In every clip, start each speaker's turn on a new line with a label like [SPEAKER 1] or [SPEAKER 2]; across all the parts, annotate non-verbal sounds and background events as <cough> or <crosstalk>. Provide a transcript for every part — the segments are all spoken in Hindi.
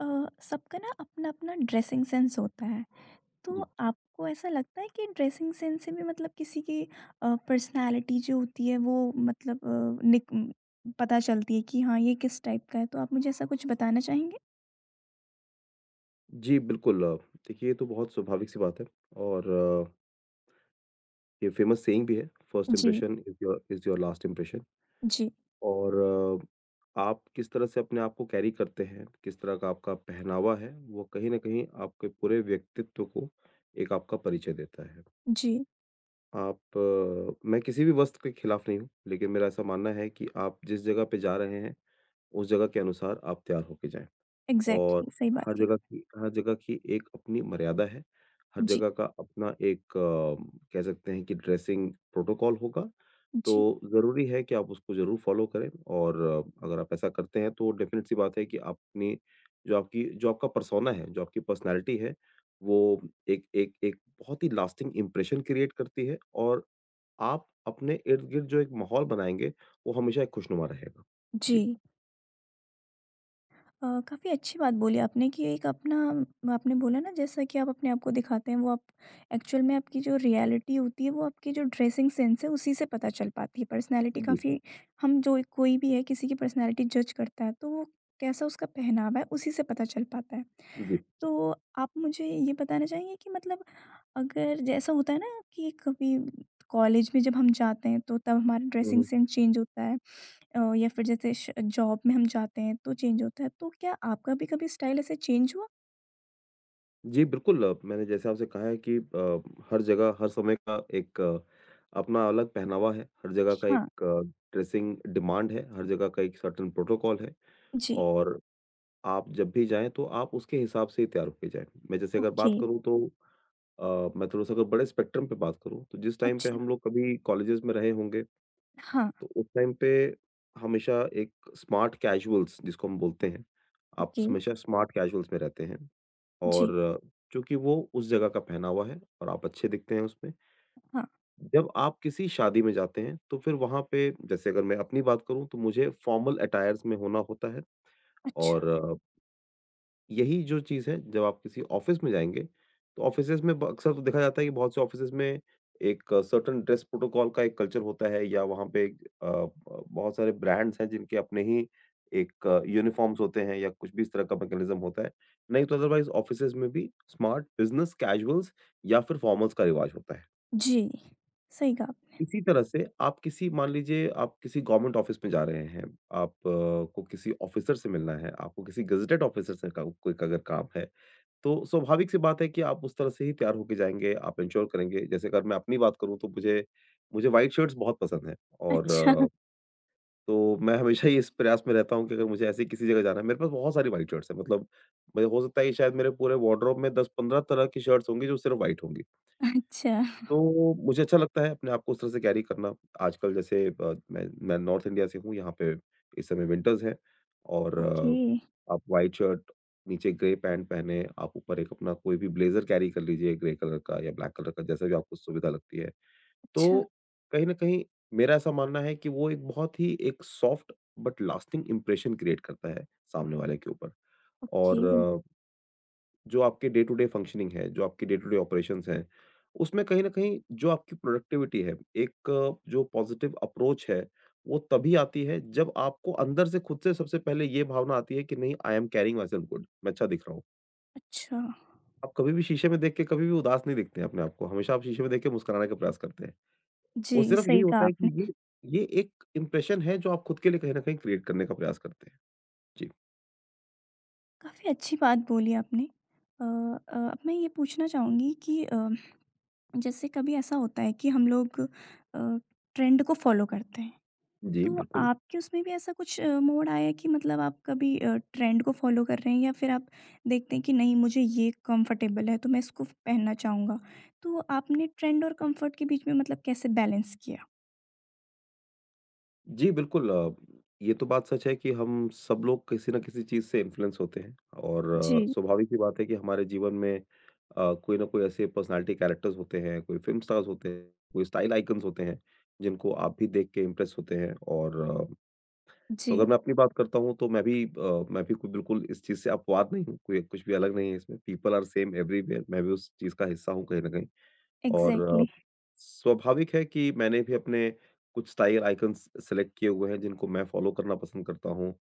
[SPEAKER 1] अ, सबका ना अपना-अपना ड्रेसिंग सेंस होता है। तो
[SPEAKER 2] जी।
[SPEAKER 1] आपको ऐसा लगता है कि ड्रेसिंग सेंस से भी मतलब किसी की पर्सनैलिटी जो होती है वो मतलब पता चलती है कि हाँ, ये किस टाइप का है? तो आप मुझे ऐसा कुछ बताना चाहेंगे?
[SPEAKER 2] जी, बिल्कुल देखिए ये तो बहुत स्वाभाविक सी बात है और अ, ये फेमस सेइंग भी है, फर्स्ट
[SPEAKER 1] जी,
[SPEAKER 2] impression is your last impression.
[SPEAKER 1] जी,
[SPEAKER 2] और आप किस तरह से अपने आप को कैरी करते हैं, किस तरह का आपका पहनावा है, वो कहीं न कहीं आपके पूरे व्यक्तित्व को एक आपका परिचय देता है।
[SPEAKER 1] जी।
[SPEAKER 2] मैं किसी भी वस्त्र के खिलाफ नहीं हूँ, लेकिन मेरा ऐसा मानना है कि आप जिस जगह पे जा रहे हैं, उस जगह के अनुसार आप तैयार होके जाएँ। और
[SPEAKER 1] एग्ज़ैक्टली, सही बात
[SPEAKER 2] हर
[SPEAKER 1] कही आप।
[SPEAKER 2] जगह की हर जगह की एक अपनी मर्यादा है। हर
[SPEAKER 1] जी,
[SPEAKER 2] जगह का अपना एक कह सकते हैं कि ड्रेसिंग प्रोटोकॉल होगा।
[SPEAKER 1] जी,
[SPEAKER 2] तो ज़रूरी है कि आप उसको ज़रूर फ़ॉलो करें और अगर आप ऐसा करते हैं तो डेफ़िनेट सी बात है कि आपने जो आपका पर्सोना है, जो आपकी पर्सनैलिटी है, वो एक एक एक बहुत ही लास्टिंग इम्प्रेशन क्रिएट करती है और आप अपने इर्द-गिर्द जो एक माहौल बनाएँगे, वो हमेशा एक खुशनुमा रहेगा।
[SPEAKER 1] जी।
[SPEAKER 2] जी।
[SPEAKER 1] काफ़ी अच्छी बात बोली आपने कि एक अपना आपने बोला ना जैसा कि आप अपने आप को दिखाते हैं वो आप एक्चुअल में आपकी जो रियलिटी होती है वो आपकी जो ड्रेसिंग सेंस है उसी से पता चल पाती है पर्सनालिटी
[SPEAKER 2] जी,
[SPEAKER 1] काफ़ी हम जो कोई भी है किसी की पर्सनालिटी जज करता है तो वो कैसा उसका पहनावा है उसी से पता चल पाता है।
[SPEAKER 2] जी।
[SPEAKER 1] तो आप मुझे ये बताना चाहेंगे कि मतलब अगर जैसा होता है ना कि कभी कॉलेज में जब हम जाते हैं तो तब हमारा
[SPEAKER 2] हुँ,
[SPEAKER 1] ड्रेसिंग
[SPEAKER 2] हुँ।
[SPEAKER 1] सेंस चेंज होता है। या फिर जैसे जॉब में हम जाते हैं तो चेंज होता है, तो क्या आपका भी कभी स्टाइल ऐसे चेंज हुआ?
[SPEAKER 2] जी, बिल्कुल मैंने जैसे आपसे कहा है कि हर जगह हर समय का एक अपना अलग पहनावा है, हर जगह का
[SPEAKER 1] हाँ।
[SPEAKER 2] एक ड्रेसिंग डिमांड है, हर जगह का एक सर्टेन प्रोटोकॉल है
[SPEAKER 1] जी।
[SPEAKER 2] और आप जब भी जाएँ तो आप उसके हिसाब से ही तैयार होके जाएँ। मैं जैसे अगर
[SPEAKER 1] ओके।
[SPEAKER 2] बात करूँ तो मैं थोड़ा-सा अगर बड़े स्पेक्ट्रम पे बात करूँ तो जिस टाइम पे
[SPEAKER 1] अच्छा।
[SPEAKER 2] हम लोग कभी कॉलेजेस में रहे होंगे,
[SPEAKER 1] हाँ।
[SPEAKER 2] तो उस टाइम पे हमेशा एक स्मार्ट कैजुअल्स जिसको हम बोलते हैं, आप
[SPEAKER 1] ओके।
[SPEAKER 2] हमेशा स्मार्ट कैजुअल्स में रहते हैं।
[SPEAKER 1] जी।
[SPEAKER 2] और चूँकि वो उस जगह का पहनावा है और आप अच्छे दिखते हैं उसमें।
[SPEAKER 1] हाँ।
[SPEAKER 2] जब आप किसी शादी में जाते हैं, तो फिर वहाँ पे जैसे अगर मैं अपनी बात करूँ तो मुझे फ़ॉर्मल अटायर्स में होना होता है।
[SPEAKER 1] अच्छा।
[SPEAKER 2] और यही जो चीज़ है, जब आप किसी ऑफ़िस में जाएँगे, तो ऑफ़िसेज़ में ब अक्सर तो देखा जाता है कि बहुत से ऑफ़िसेज़ में एक सर्टेन ड्रेस प्रोटोकॉल का एक कल्चर होता है या वहाँ पे एक, अ, ब बहुत सारे ब्रांड्स हैं जिनके अपने ही एक यूनिफ़ॉर्म्स होते हैं या कुछ भी इस तरह का मैकेनिज़्म होता है। नहीं तो अदरवाइज़ ऑफ़िसेज़ में भी स्मार्ट बिज़नेस कैजुअल्स या फिर फ़ॉर्मल्स का रिवाज होता है।
[SPEAKER 1] जी, सही कहा आपने।
[SPEAKER 2] इसी तरह से आप किसी मान लीजिए आप किसी गवर्नमेंट ऑफ़िस में जा रहे हैं, आप अ, को किसी ऑफ़िसर से मिलना है, आपको किसी गेज़ेटेड ऑफ़िसर से का कोई का अगर काम है तो स्वाभाविक सी बात है कि आप उस तरह से ही तैयार होके जाएँगे, आप एन्श्योर करेंगे। जैसे अगर मैं अपनी बात करूँ तो मुझे मुझे व्हाइट शर्ट्स बहुत पसंद हैं और
[SPEAKER 1] अच्छा। <laughs>
[SPEAKER 2] तो मैं हमेशा ही इस प्रयास में रहता हूँ कि अगर मुझे ऐसी किसी जगह जाना है। मेरे पास बहुत सारी व्हाइट शर्ट्स हैं, मतलब मैं हो सकता है कि शायद मेरे पूरे वार्डरोब में 10-15 तरह की शर्ट्स होंगी जो सिर्फ़ व्हाइट होंगी।
[SPEAKER 1] अच्छा।
[SPEAKER 2] तो मुझे अच्छा लगता है अपने आप को उस तरह से कैरी करना। आजकल जैसे मैं नॉर्थ इंडिया से हूँ, यहाँ पे इस समय विंटर्स हैं। और
[SPEAKER 1] ओके।
[SPEAKER 2] आप व्हाइट शर्ट, नीचे ग्रे पैंट पहने, आप ऊपर एक अपना कोई भी ब्लेज़र कैरी कर लीजिए ग्रे कलर का या ब्लैक कलर का, जैसा भी आपको सुविधा लगती है।
[SPEAKER 1] अच्छा।
[SPEAKER 2] तो कहीं न कहीं मेरा ऐसा मानना है कि वो एक बहुत ही एक soft but lasting impression create करता है सामने वाले के ऊपर। और
[SPEAKER 1] ओके।
[SPEAKER 2] जो आपके डे टू डे फंक्शनिंग है, जो आपके डे टू डे ऑपरेशंस हैं, उसमें कहीं न कहीं जो आपकी प्रोडक्टिविटी है, एक जो पॉजिटिव अप्रोच है, वो तभी आती है जब आपको अंदर से खुद से सबसे पहले ये भावना आती है कि नहीं I am carrying myself good, मैं अच्छा दिख रहा हूँ।
[SPEAKER 1] अच्छा।
[SPEAKER 2] आप कभी भी शीशे में देख के कभी भी उदास नहीं दिखते हैं अपने आप को, हमेशा आप शीशे में देख के मुस्कुराने का प्रयास करते हैं। वो
[SPEAKER 1] जी,
[SPEAKER 2] सिर्फ यही
[SPEAKER 1] सही कहा
[SPEAKER 2] होता है
[SPEAKER 1] आपने।
[SPEAKER 2] कि ये एक इंप्रेशन है जो आप खुद के लिए कहीं न कहीं क्रिएट करने का प्रयास करते हैं। जी।
[SPEAKER 1] काफ़ी अच्छी बात बोली आपने। अब मैं ये पूछना चाहूँगी कि जैसे कभी ऐसा होता है कि हम लोग अ, ट्रेंड को फॉलो करते हैं,
[SPEAKER 2] जी,
[SPEAKER 1] तो
[SPEAKER 2] बिल्कुल।
[SPEAKER 1] आपके उसमें भी ऐसा कुछ मोड़ आया है कि मतलब आप कभी ट्रेंड को फॉलो कर रहे हैं या फिर आप देखते हैं कि नहीं, मुझे ये कंफर्टेबल है तो मैं इसको पहनना चाहूँगा। तो आपने ट्रेंड और कंफर्ट के बीच में मतलब कैसे बैलेंस किया?
[SPEAKER 2] जी, बिल्कुल ये तो बात सच है कि हम सब लोग किसी न किसी चीज़ से इन्फ्लुएंस होते हैं। और
[SPEAKER 1] जी।
[SPEAKER 2] स्वाभाविक सी बात है कि हमारे जीवन में कोई ना कोई ऐसे पर्सनैलिटी कैरेक्टर्स होते हैं, कोई फ़िल्म स्टार्स होते हैं, कोई स्टाइल आइकन्स होते हैं, जिनको आप भी देख के इम्प्रेस होते हैं। और तो अगर
[SPEAKER 1] जी।
[SPEAKER 2] मैं अपनी बात करता हूँ तो मैं भी कोई बिल्कुल इस चीज़ से अपवाद नहीं हूँ, कोई कुछ भी अलग नहीं है इसमें, पीपल आर सेम एवरीवेयर। मैं भी उस चीज़ का हिस्सा हूँ कहीं न कहीं। और
[SPEAKER 1] एग्जैक्टली।
[SPEAKER 2] स्वाभाविक है कि मैंने भी अपने कुछ स्टाइल आइकन्स सेलेक्ट किए हुए हैं जिनको मैं फ़ॉलो करना पसंद करता हूँ।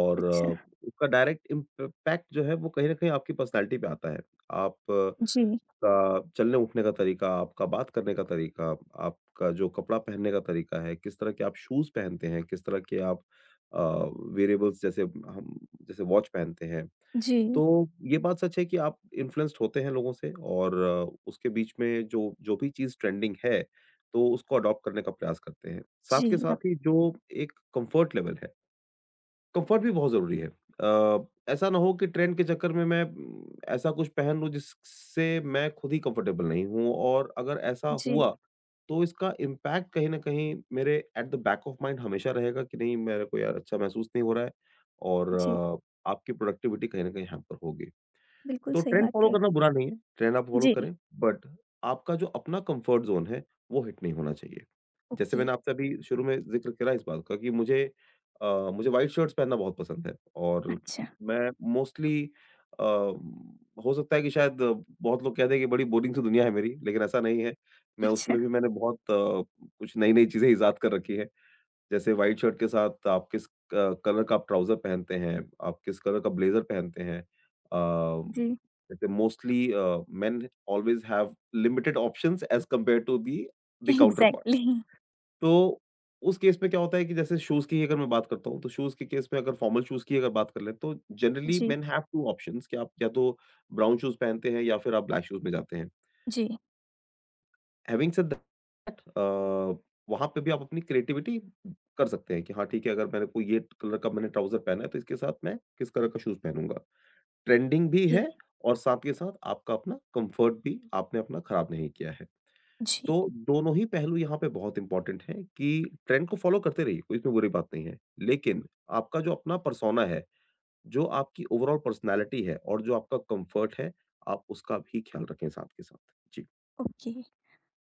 [SPEAKER 2] और
[SPEAKER 1] अच्छा।
[SPEAKER 2] उसका डायरेक्ट इम्पैक्ट जो है वो कहीं न कहीं आपकी पर्सनैलिटी पे आता है। आप अ,
[SPEAKER 1] जी।
[SPEAKER 2] का चलने-उठने का तरीका, आपका बात करने का तरीका, आपका जो कपड़ा पहनने का तरीका है, किस तरह के आप शूज़ पहनते हैं, किस तरह के आप अ, वेयरेबल्स जैसे वॉच पहनते हैं।
[SPEAKER 1] जी।
[SPEAKER 2] तो ये बात सच है कि आप इन्फ्लुएंस्ड होते हैं लोगों से और उसके बीच में जो जो भी चीज़ ट्रेंडिंग है, तो उसको अडॉप्ट करने का प्रयास करते हैं।
[SPEAKER 1] जी।
[SPEAKER 2] साथ के साथ ही जो एक कम्फर्ट लेवल है, कम्फर्ट भी बहुत ज़रूरी है। ऐसा ना हो कि ट्रेंड के चक्कर में मैं ऐसा कुछ पहन लूँ जिससे मैं खुद ही कम्फर्टेबल नहीं हूँ। और अगर ऐसा
[SPEAKER 1] जी।
[SPEAKER 2] हुआ, तो इसका इम्पैक्ट कहीं न कहीं मेरे at the back of mind हमेशा रहेगा कि नहीं मेरे को यार अच्छा महसूस नहीं हो रहा है और
[SPEAKER 1] जी,
[SPEAKER 2] आपकी प्रोडक्टिविटी कहीं न कहीं हैम्पर होगी।
[SPEAKER 1] बिल्कुल
[SPEAKER 2] तो
[SPEAKER 1] सही
[SPEAKER 2] ट्रेंड
[SPEAKER 1] बात
[SPEAKER 2] फॉलो
[SPEAKER 1] कही
[SPEAKER 2] करना बुरा नहीं है, ट्रेंड आप
[SPEAKER 1] आपने।
[SPEAKER 2] फॉलो
[SPEAKER 1] जी।
[SPEAKER 2] करें, बट आपका जो अपना कम्फर्ट ज़ोन है, वो हिट नहीं होना चाहिए। जैसे
[SPEAKER 1] ओके।
[SPEAKER 2] मैंने आपसे अभी शुरू में ज़िक्र करा इस बात का कि मुझे व्हाइट शर्ट्स पहनना बहुत पसंद है। और
[SPEAKER 1] अच्छा।
[SPEAKER 2] मैं मोस्टली अ, हो सकता है कि शायद बहुत लोग कह दें कि बड़ी बोरिंग सी दुनिया है मेरी, लेकिन ऐसा नहीं है। मैं
[SPEAKER 1] अच्छा।
[SPEAKER 2] उसमें भी मैंने बहुत कुछ नई-नई चीज़ें इज़ाद कर रखी हैं। जैसे व्हाइट शर्ट के साथ आप किस कलर का आप ट्राउज़र पहनते हैं, आप किस कलर का ब्लेज़र पहनते हैं।
[SPEAKER 1] जी।
[SPEAKER 2] जैसे mostly men always have limited options as compared to the the counter part.
[SPEAKER 1] Exactly.
[SPEAKER 2] तो उस केस में क्या होता है कि जैसे शूज़ की अगर मैं बात करता हूँ, तो शूज़ के केस में अगर फॉर्मल शूज़ की अगर बात कर लें, तो जनरली
[SPEAKER 1] जी।
[SPEAKER 2] मेन हैव 2 ऑप्शंस कि आप या तो ब्राउन शूज़ पहनते हैं या फिर आप ब्लैक शूज़ में जाते हैं।
[SPEAKER 1] जी।
[SPEAKER 2] हैविंग सेड दैट वहाँ पे भी आप अपनी क्रिएटिविटी कर सकते हैं कि हाँ ठीक है, अगर मेरे को ये कलर का मैंने ट्राउज़र पहना है तो इसके साथ मैं किस कलर का शूज़ पहनूँगा। ट्रेंडिंग भी
[SPEAKER 1] जी,
[SPEAKER 2] है और साथ के साथ आपका अपना कम्फ़र्ट भी आपने अपना ख़राब नहीं किया है।
[SPEAKER 1] जी,
[SPEAKER 2] तो दोनों ही पहलू यहाँ पे बहुत इम्पोर्टेंट हैं कि ट्रेंड को फ़ॉलो करते रहिए, कोई इसमें बुरी बात नहीं है। लेकिन आपका जो अपना पर्सोना है, जो आपकी ओवरऑल पर्सनैलिटी है और जो आपका कम्फ़र्ट है, आप उसका भी ख्याल रखें साथ के साथ। जी,
[SPEAKER 1] ओके।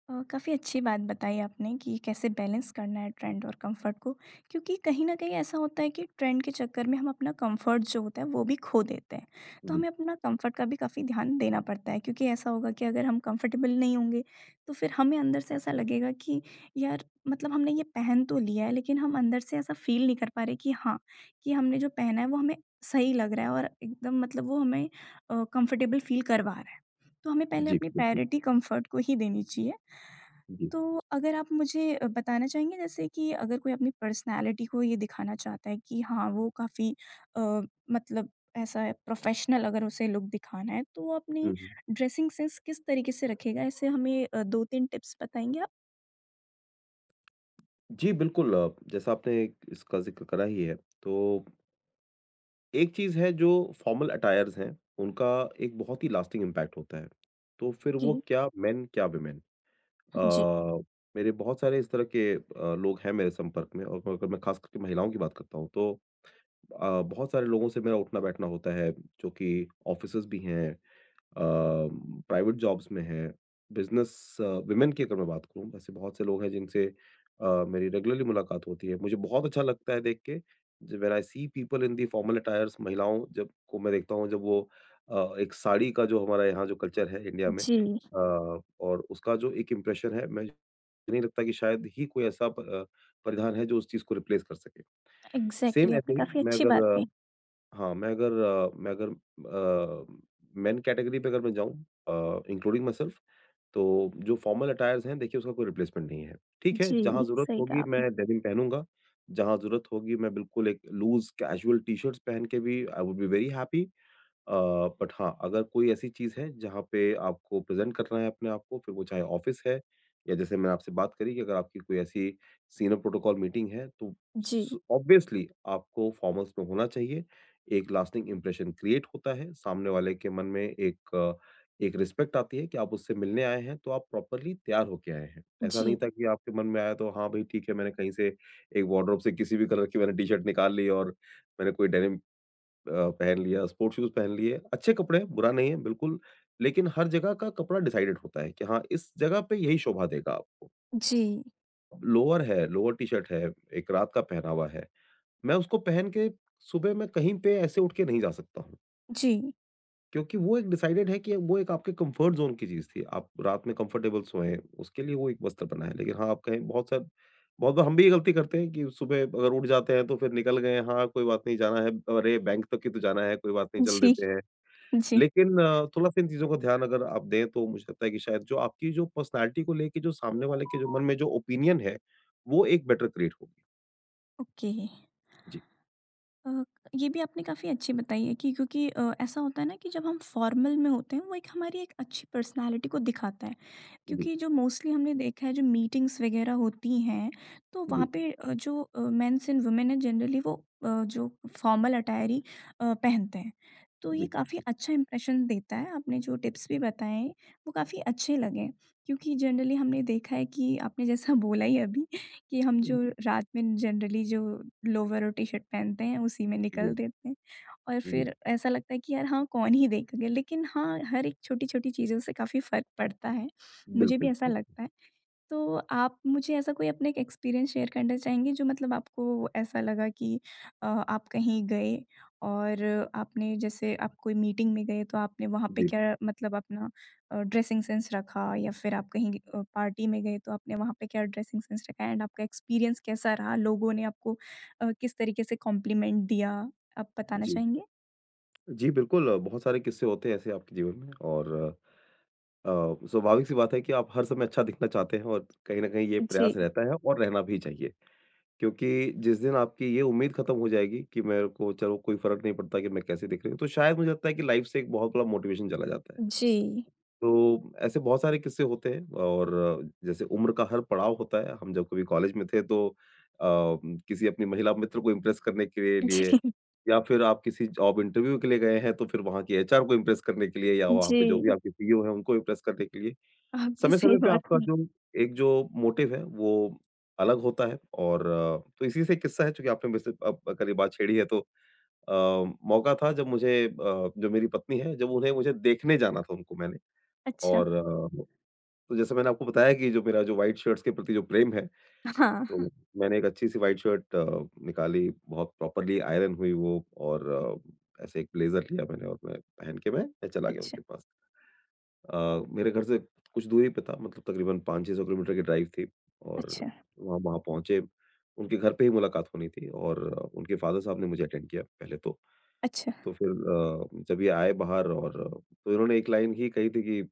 [SPEAKER 1] काफ़ी अच्छी बात बताई आपने कि कैसे बैलेंस करना है ट्रेंड और कंफर्ट को, क्योंकि कहीं न कहीं ऐसा होता है कि ट्रेंड के चक्कर में हम अपना कंफर्ट जो होता है वो भी खो देते हैं। तो
[SPEAKER 2] जी,
[SPEAKER 1] हमें अपना कंफर्ट का भी काफ़ी ध्यान देना पड़ता है, क्योंकि ऐसा होगा कि अगर हम कंफर्टेबल नहीं होंगे तो फिर हमें अंदर से ऐसा लगेगा कि यार, मतलब हमने ये पहन तो लिया है लेकिन हम अंदर से ऐसा फ़ील नहीं कर पा रहे कि हाँ, कि हमने जो पहना है वो हमें सही लग रहा है और एकदम मतलब वो हमें कंफर्टेबल फ़ील करवा रहा है। तो हमें पहले
[SPEAKER 2] जी,
[SPEAKER 1] अपनी
[SPEAKER 2] बिल्कुल।
[SPEAKER 1] प्रायोरिटी कंफर्ट को ही देनी चाहिए।
[SPEAKER 2] जी।
[SPEAKER 1] तो अगर आप मुझे बताना चाहेंगे, जैसे कि अगर कोई अपनी पर्सनैलिटी को ये दिखाना चाहता है कि हाँ, वो काफ़ी अ, मतलब ऐसा है, प्रोफ़ेशनल अगर उसे लुक दिखाना है तो वो अपनी
[SPEAKER 2] हुँ, हुँ।
[SPEAKER 1] ड्रेसिंग सेंस किस तरीके से रखेगा? ऐसे हमें 2-3 टिप्स बताएँगे आप?
[SPEAKER 2] जी, बिल्कुल जैसा आपने इसका ज़िक्र करा ही है, तो एक चीज़ है जो फ़ॉर्मल अटायर्स हैं, उनका एक बहुत ही लास्टिंग इम्पैक्ट होता है। तो फिर वो
[SPEAKER 1] जी।
[SPEAKER 2] क्या मेन, क्या वुमेन
[SPEAKER 1] जी।
[SPEAKER 2] अ, मेरे बहुत सारे इस तरह के लोग हैं मेरे संपर्क में। और अगर मैं ख़ास करके महिलाओं की बात करता हूँ, तो बहुत सारे लोगों से मेरा उठना-बैठना होता है, जो कि ऑफ़िसर्स भी हैं, प्राइवेट जॉब्स में है, बिज़नेस वुमेन की अगर मैं बात करूँ, ऐसे बहुत से लोग हैं जिनसे मेरी रेगुलरली मुलाकात होती है। मुझे बहुत अच्छा लगता है देख के, ज when I see people in the formal attires, महिलाओं जब को मैं देखता हूँ जब वो एक साड़ी का जो हमारा यहाँ जो कल्चर है इंडिया में
[SPEAKER 1] जी।
[SPEAKER 2] और उसका जो एक इम्प्रेशन है, मैं नहीं लगता कि शायद ही कोई ऐसा परिधान है जो उस चीज़ को रिप्लेस कर सके। सेम
[SPEAKER 1] एग्ज़ैक्टली,
[SPEAKER 2] ऐसे
[SPEAKER 1] आपने
[SPEAKER 2] ही
[SPEAKER 1] काफ़ी
[SPEAKER 2] मैं
[SPEAKER 1] अच्छी बात
[SPEAKER 2] अगर
[SPEAKER 1] कही।
[SPEAKER 2] हाँ, मैं अगर अ, मेन कैटेगरी पे अगर मैं जाऊँ इंक्लूडिंग माइ सेल्फ, तो जो फ़ॉर्मल अटायर्स हैं देखिए उसका कोई रिप्लेसमेंट नहीं है। ठीक है, जहाँ
[SPEAKER 1] जी,
[SPEAKER 2] ज़रूरत
[SPEAKER 1] सही कहा
[SPEAKER 2] होगी मैं
[SPEAKER 1] आपने।
[SPEAKER 2] डेनिम पहनूँगा, जहाँ ज़रूरत होगी मैं बिल्कुल एक लूज़ कैजुअल टी-शर्ट्स पहन के भी I would be very happy uh, but हाँ, अगर कोई ऐसी चीज़ है जहाँ पे आपको प्रेज़ेंट करना है अपने आप को, फिर वो चाहे ऑफ़िस है या जैसे मैंने आपसे बात करी कि अगर आपकी कोई ऐसी सीनियर प्रोटोकॉल मीटिंग है, तो
[SPEAKER 1] जी।
[SPEAKER 2] स ऑब्वियसली आपको फ़ॉर्मल्स में होना चाहिए। एक लास्टिंग इम्प्रेशन क्रिएट होता है, सामने वाले के मन में एक रिस्पेक्ट आती है कि आप उससे मिलने आए हैं, तो आप प्रॉपरली तैयार होके आए हैं। ऐसा नहीं
[SPEAKER 1] जी।
[SPEAKER 2] था कि आपके मन में आया तो हाँ, भई ठीक है, मैंने कहीं से एक वार्डरोब से किसी भी कलर की मैंने टी-शर्ट निकाल ली, और मैंने कोई डेनिम पहन लिया, स्पोर्ट्स शूज़ पहन लिए, अच्छे कपड़े हैं, बुरा नहीं है बिल्कुल, लेकिन हर जगह का कपड़ा डिसाइडेड होता है कि हाँ, इस जगह पे यही शोभा देगा आपको।
[SPEAKER 1] जी।
[SPEAKER 2] लोअर है, लोअर टी-शर्ट है, एक रात का पहनावा है, मैं उसको पहन के सुबह मैं कहीं पे ऐसे उठ के नहीं जा सकता हूँ,
[SPEAKER 1] जी।
[SPEAKER 2] क्योंकि वो एक डिसाइडेड है कि वो एक आपके कम्फर्ट ज़ोन की चीज़ थी। आप रात में कंफर्टेबल सोएँ, उसके लिए वो एक वस्त्र बना है। लेकिन हाँ, आप कहें, बहुत बार हम भी ये गलती करते हैं कि सुबह अगर उठ जाते हैं तो फिर निकल गए, हाँ, कोई बात नहीं, जाना है, अरे बैंक तक ही तो जाना है, कोई बात नहीं, चल
[SPEAKER 1] जी।
[SPEAKER 2] देते हैं।
[SPEAKER 1] जी,
[SPEAKER 2] लेकिन थोड़ा-सा इन चीज़ों का ध्यान अगर आप दें, तो मुझे लगता है कि शायद जो आपकी जो पर्सनैलिटी को लेके, जो सामने वाले के जो मन में जो ओपिनियन है, वो एक बेटर क्रिएट होगी।
[SPEAKER 1] ओके।
[SPEAKER 2] जी,
[SPEAKER 1] अ, ये भी आपने काफ़ी अच्छी बताई है कि क्योंकि ऐसा होता है ना कि जब हम फॉर्मल में होते हैं वो एक हमारी एक अच्छी पर्सनालिटी को दिखाता है,
[SPEAKER 2] जी,
[SPEAKER 1] क्योंकि जो मोस्टली हमने देखा है जो मीटिंग्स वगैरह होती हैं तो
[SPEAKER 2] जी,
[SPEAKER 1] वहाँ पे जो मेंस एंड वुमेन है जनरली वो जो फॉर्मल अटायर ही पहनते हैं, तो ये
[SPEAKER 2] जी,
[SPEAKER 1] काफ़ी अच्छा इंप्रेशन देता है। आपने जो टिप्स भी बताए, वो काफ़ी अच्छे लगे, क्योंकि जनरली हमने देखा है कि आपने जैसा <laughs> बोला ही अभी, कि हम जो रात में जनरली जो लोवर और टी-शर्ट पहनते हैं उसी में निकल
[SPEAKER 2] जी,
[SPEAKER 1] देते हैं और
[SPEAKER 2] जी।
[SPEAKER 1] फिर ऐसा लगता है कि यार हाँ, कौन ही देखेगा, लेकिन हाँ, हर एक छोटी-छोटी चीज़ों से काफ़ी फ़र्क पड़ता है। मुझे
[SPEAKER 2] बिल्कुल,
[SPEAKER 1] भी ऐसा
[SPEAKER 2] बिल्कुल।
[SPEAKER 1] लगता है। तो आप मुझे ऐसा कोई अपना एक एक्सपीरियंस शेयर करना चाहेंगे जो मतलब आपको ऐसा लगा कि आप कहीं गए और आपने जैसे आप कोई मीटिंग में गए तो आपने वहाँ पे
[SPEAKER 2] जी,
[SPEAKER 1] क्या मतलब अपना ड्रेसिंग सेंस रखा, या फिर आप कहीं पार्टी में गए तो आपने वहाँ पे क्या ड्रेसिंग सेंस रखा, एंड आपका एक्सपीरियंस कैसा रहा? लोगों ने आपको किस तरीके से कॉम्प्लीमेंट दिया? आप बताना
[SPEAKER 2] जी।
[SPEAKER 1] चाहेंगे?
[SPEAKER 2] जी, बिल्कुल, बहुत सारे किस्से होते हैं ऐसे आपके जीवन में, और स्वाभाविक-सी बात है कि आप हर समय अच्छा दिखना चाहते हैं, और कहीं न कहीं ये प्रयास
[SPEAKER 1] जी।
[SPEAKER 2] रहता है, और रहना भी चाहिए। क्योंकि जिस दिन आपकी ये उम्मीद खत्म हो जाएगी कि मेरे को चलो कोई फर्क नहीं पड़ता कि मैं कैसे दिख रही हूँ, तो शायद मुझे लगता है कि लाइफ से एक बहुत बड़ा मोटिवेशन चला जाता है।
[SPEAKER 1] जी।
[SPEAKER 2] तो ऐसे बहुत सारे किस्से होते हैं, और जैसे उम्र का हर पड़ाव होता है, हम जब कभी कॉलेज में थे, तो अ, किसी अपनी महिला मित्र को इम्प्रेस करने के
[SPEAKER 1] जी।
[SPEAKER 2] लिए, या फिर आप किसी जॉब इंटरव्यू के लिए गए हैं, तो फिर वहाँ की एचआर को इम्प्रेस करने के लिए, या वहाँ
[SPEAKER 1] जी,
[SPEAKER 2] पे जो भी आपके सीईओ हैं, उनको इम्प्रेस करने के लिए,
[SPEAKER 1] आपने सही
[SPEAKER 2] समय-समय पे
[SPEAKER 1] बात
[SPEAKER 2] आपका
[SPEAKER 1] कही।
[SPEAKER 2] जो एक जो मोटिव है वो अलग होता है। और तो इसी से एक किस्सा है। चूँकि आपने मुझसे अब कल बात छेड़ी है, तो अ, मौका था जब मुझे जो मेरी पत्नी है, जब उन्हें मुझे देखने जाना था, उनको मैंने,
[SPEAKER 1] अच्छा।
[SPEAKER 2] और तो जैसे मैंने आपको बताया कि जो मेरा जो व्हाइट शर्ट्स के प्रति जो प्रेम है,
[SPEAKER 1] हाँ, हाँ।
[SPEAKER 2] तो मैंने एक अच्छी-सी व्हाइट शर्ट निकाली, बहुत प्रॉपर्ली आयरन हुई वो, और ऐसे एक ब्लेज़र लिया मैंने, और मैं पहन के मैं चला गया
[SPEAKER 1] अच्छा,
[SPEAKER 2] उनके पास। मेरे घर से कुछ दूरी पे था, मतलब तकरीबन 500-600 किलोमीटर की ड्राइव थी, और
[SPEAKER 1] अच्छा।
[SPEAKER 2] वहाँ वहाँ पहुँचे। उनके घर पे ही मुलाकात होनी थी, और उनके फ़ादर साहब ने मुझे अटेंड किया पहले तो।
[SPEAKER 1] अच्छा,
[SPEAKER 2] तो फिर जब ये आए बाहर, और तो इन्होंने एक लाइन ही कही थी कि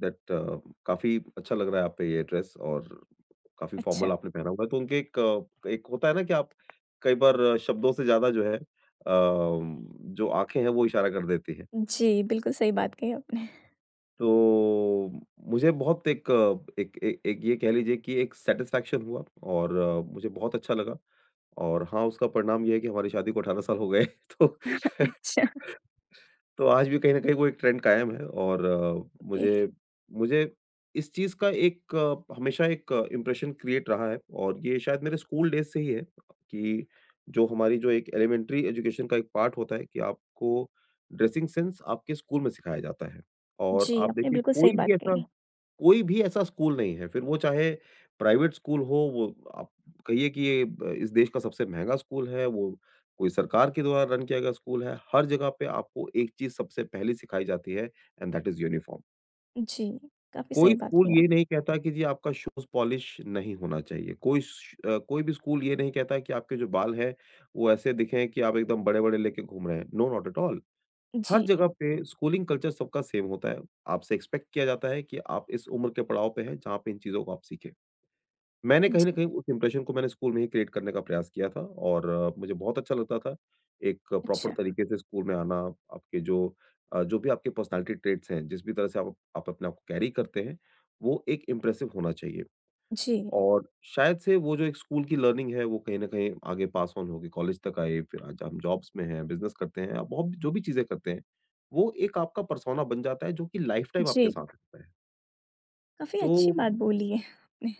[SPEAKER 2] दैट अ, "काफ़ी अच्छा लग रहा है आप पे ये ड्रेस, और काफ़ी
[SPEAKER 1] अच्छा।
[SPEAKER 2] फ़ॉर्मल आपने पहना हुआ है।" तो उनके एक होता है ना, कि आप कई बार शब्दों से ज़्यादा जो है, जो आँखें हैं वो इशारा कर देती हैं।
[SPEAKER 1] जी, बिल्कुल सही बात कही आपने।
[SPEAKER 2] तो मुझे बहुत एक एक एक एक ये कह लीजिए कि एक सैटिस्फैक्शन हुआ, और मुझे बहुत अच्छा लगा, और हाँ, उसका परिणाम ये है कि हमारी शादी को 18 साल हो गए। <laughs> तो
[SPEAKER 1] <laughs> अच्छा,
[SPEAKER 2] <laughs> तो आज भी कहीं न कहीं वो एक ट्रेंड कायम है, और
[SPEAKER 1] ओके।
[SPEAKER 2] मुझे मुझे इस चीज़ का एक, हमेशा एक इम्प्रेशन क्रिएट रहा है, और ये शायद मेरे स्कूल डेज़ से ही है कि जो हमारी जो एक एलिमेंट्री एजुकेशन का एक पार्ट होता है कि आपको ड्रेसिंग सेंस आपके स्कूल में सिखाया जाता है, और
[SPEAKER 1] जी,
[SPEAKER 2] आप
[SPEAKER 1] आपने
[SPEAKER 2] देखिए
[SPEAKER 1] बिल्कुल सही
[SPEAKER 2] कोई भी
[SPEAKER 1] बात
[SPEAKER 2] ऐसा
[SPEAKER 1] कही।
[SPEAKER 2] कोई भी ऐसा स्कूल नहीं है, फिर वो चाहे प्राइवेट स्कूल हो, वो, आप कहिए कि ये ब इस देश का सबसे महँगा स्कूल है, वो कोई सरकार के द्वारा रन किया गया स्कूल है, हर जगह पे आपको एक चीज़ सबसे पहले सिखाई जाती है, एंड दैट इज़ यूनिफ़ॉर्म।
[SPEAKER 1] जी, काफ़ी
[SPEAKER 2] कोई
[SPEAKER 1] सही बात
[SPEAKER 2] स्कूल
[SPEAKER 1] कही
[SPEAKER 2] ये नहीं
[SPEAKER 1] आपने।
[SPEAKER 2] कहता कि जी, आपका शूज़ पॉलिश नहीं होना चाहिए, कोई भी स्कूल ये नहीं कहता कि आपके जो बाल हैं, वो ऐसे दिखें कि आप एकदम बड़े-बड़े लेके घूम रहे हैं, नो, नॉट एट ऑल। हर
[SPEAKER 1] जी।
[SPEAKER 2] जगह पे स्कूलिंग कल्चर सबका सेम होता है। आपसे एक्सपेक्ट किया जाता है कि आप इस उम्र के पड़ाव पे हैं जहाँ पे इन चीज़ों को आप सीखें। मैंने कहीं न
[SPEAKER 1] जी।
[SPEAKER 2] कहीं उस इंप्रेशन को मैंने स्कूल में ही क्रिएट करने का प्रयास किया था, और मुझे बहुत अच्छा लगता था। एक प्रॉपर
[SPEAKER 1] अच्छा।
[SPEAKER 2] तरीके से स्कूल में आना, आपके जो भी आपके पर्सनैलिटी ट्रेट्स हैं, जिस भी तरह से आप अपने आप को कैरी करते हैं, वो एक इम्प्रेसिव होना चाहिए।
[SPEAKER 1] जी।
[SPEAKER 2] और शायद से वो जो एक स्कूल की लर्निंग है वो कहीं न कहीं आगे पास ऑन होगी, कॉलेज तक आई, फिर आज हम जॉब्स में हैं, बिज़नेस करते हैं, आप बहुत जो भी चीज़ें करते हैं, वो एक आपका पर्सोना बन जाता है, जो कि लाइफ़टाइम आपके
[SPEAKER 1] जी,
[SPEAKER 2] साथ रहता है।
[SPEAKER 1] काफ़ी
[SPEAKER 2] तो
[SPEAKER 1] अच्छी बात बोली है आपने।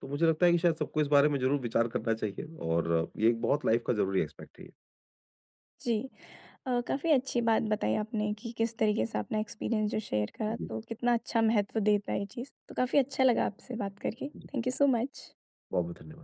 [SPEAKER 2] तो मुझे लगता है कि शायद सबको इस बारे में ज़रूर विचार करना चाहिए, और ये एक बहुत लाइफ़ का ज़रूरी एस्पेक्ट है ये।
[SPEAKER 1] जी। काफ़ी अच्छी बात बताई आपने कि किस तरीके से अपना एक्सपीरियंस जो शेयर करा,
[SPEAKER 2] जी,
[SPEAKER 1] तो कितना अच्छा महत्व देता है ये चीज़। तो काफ़ी अच्छा लगा आपसे बात करके।
[SPEAKER 2] जी।
[SPEAKER 1] Thank you so much.
[SPEAKER 2] बहुत-बहुत धन्यवाद।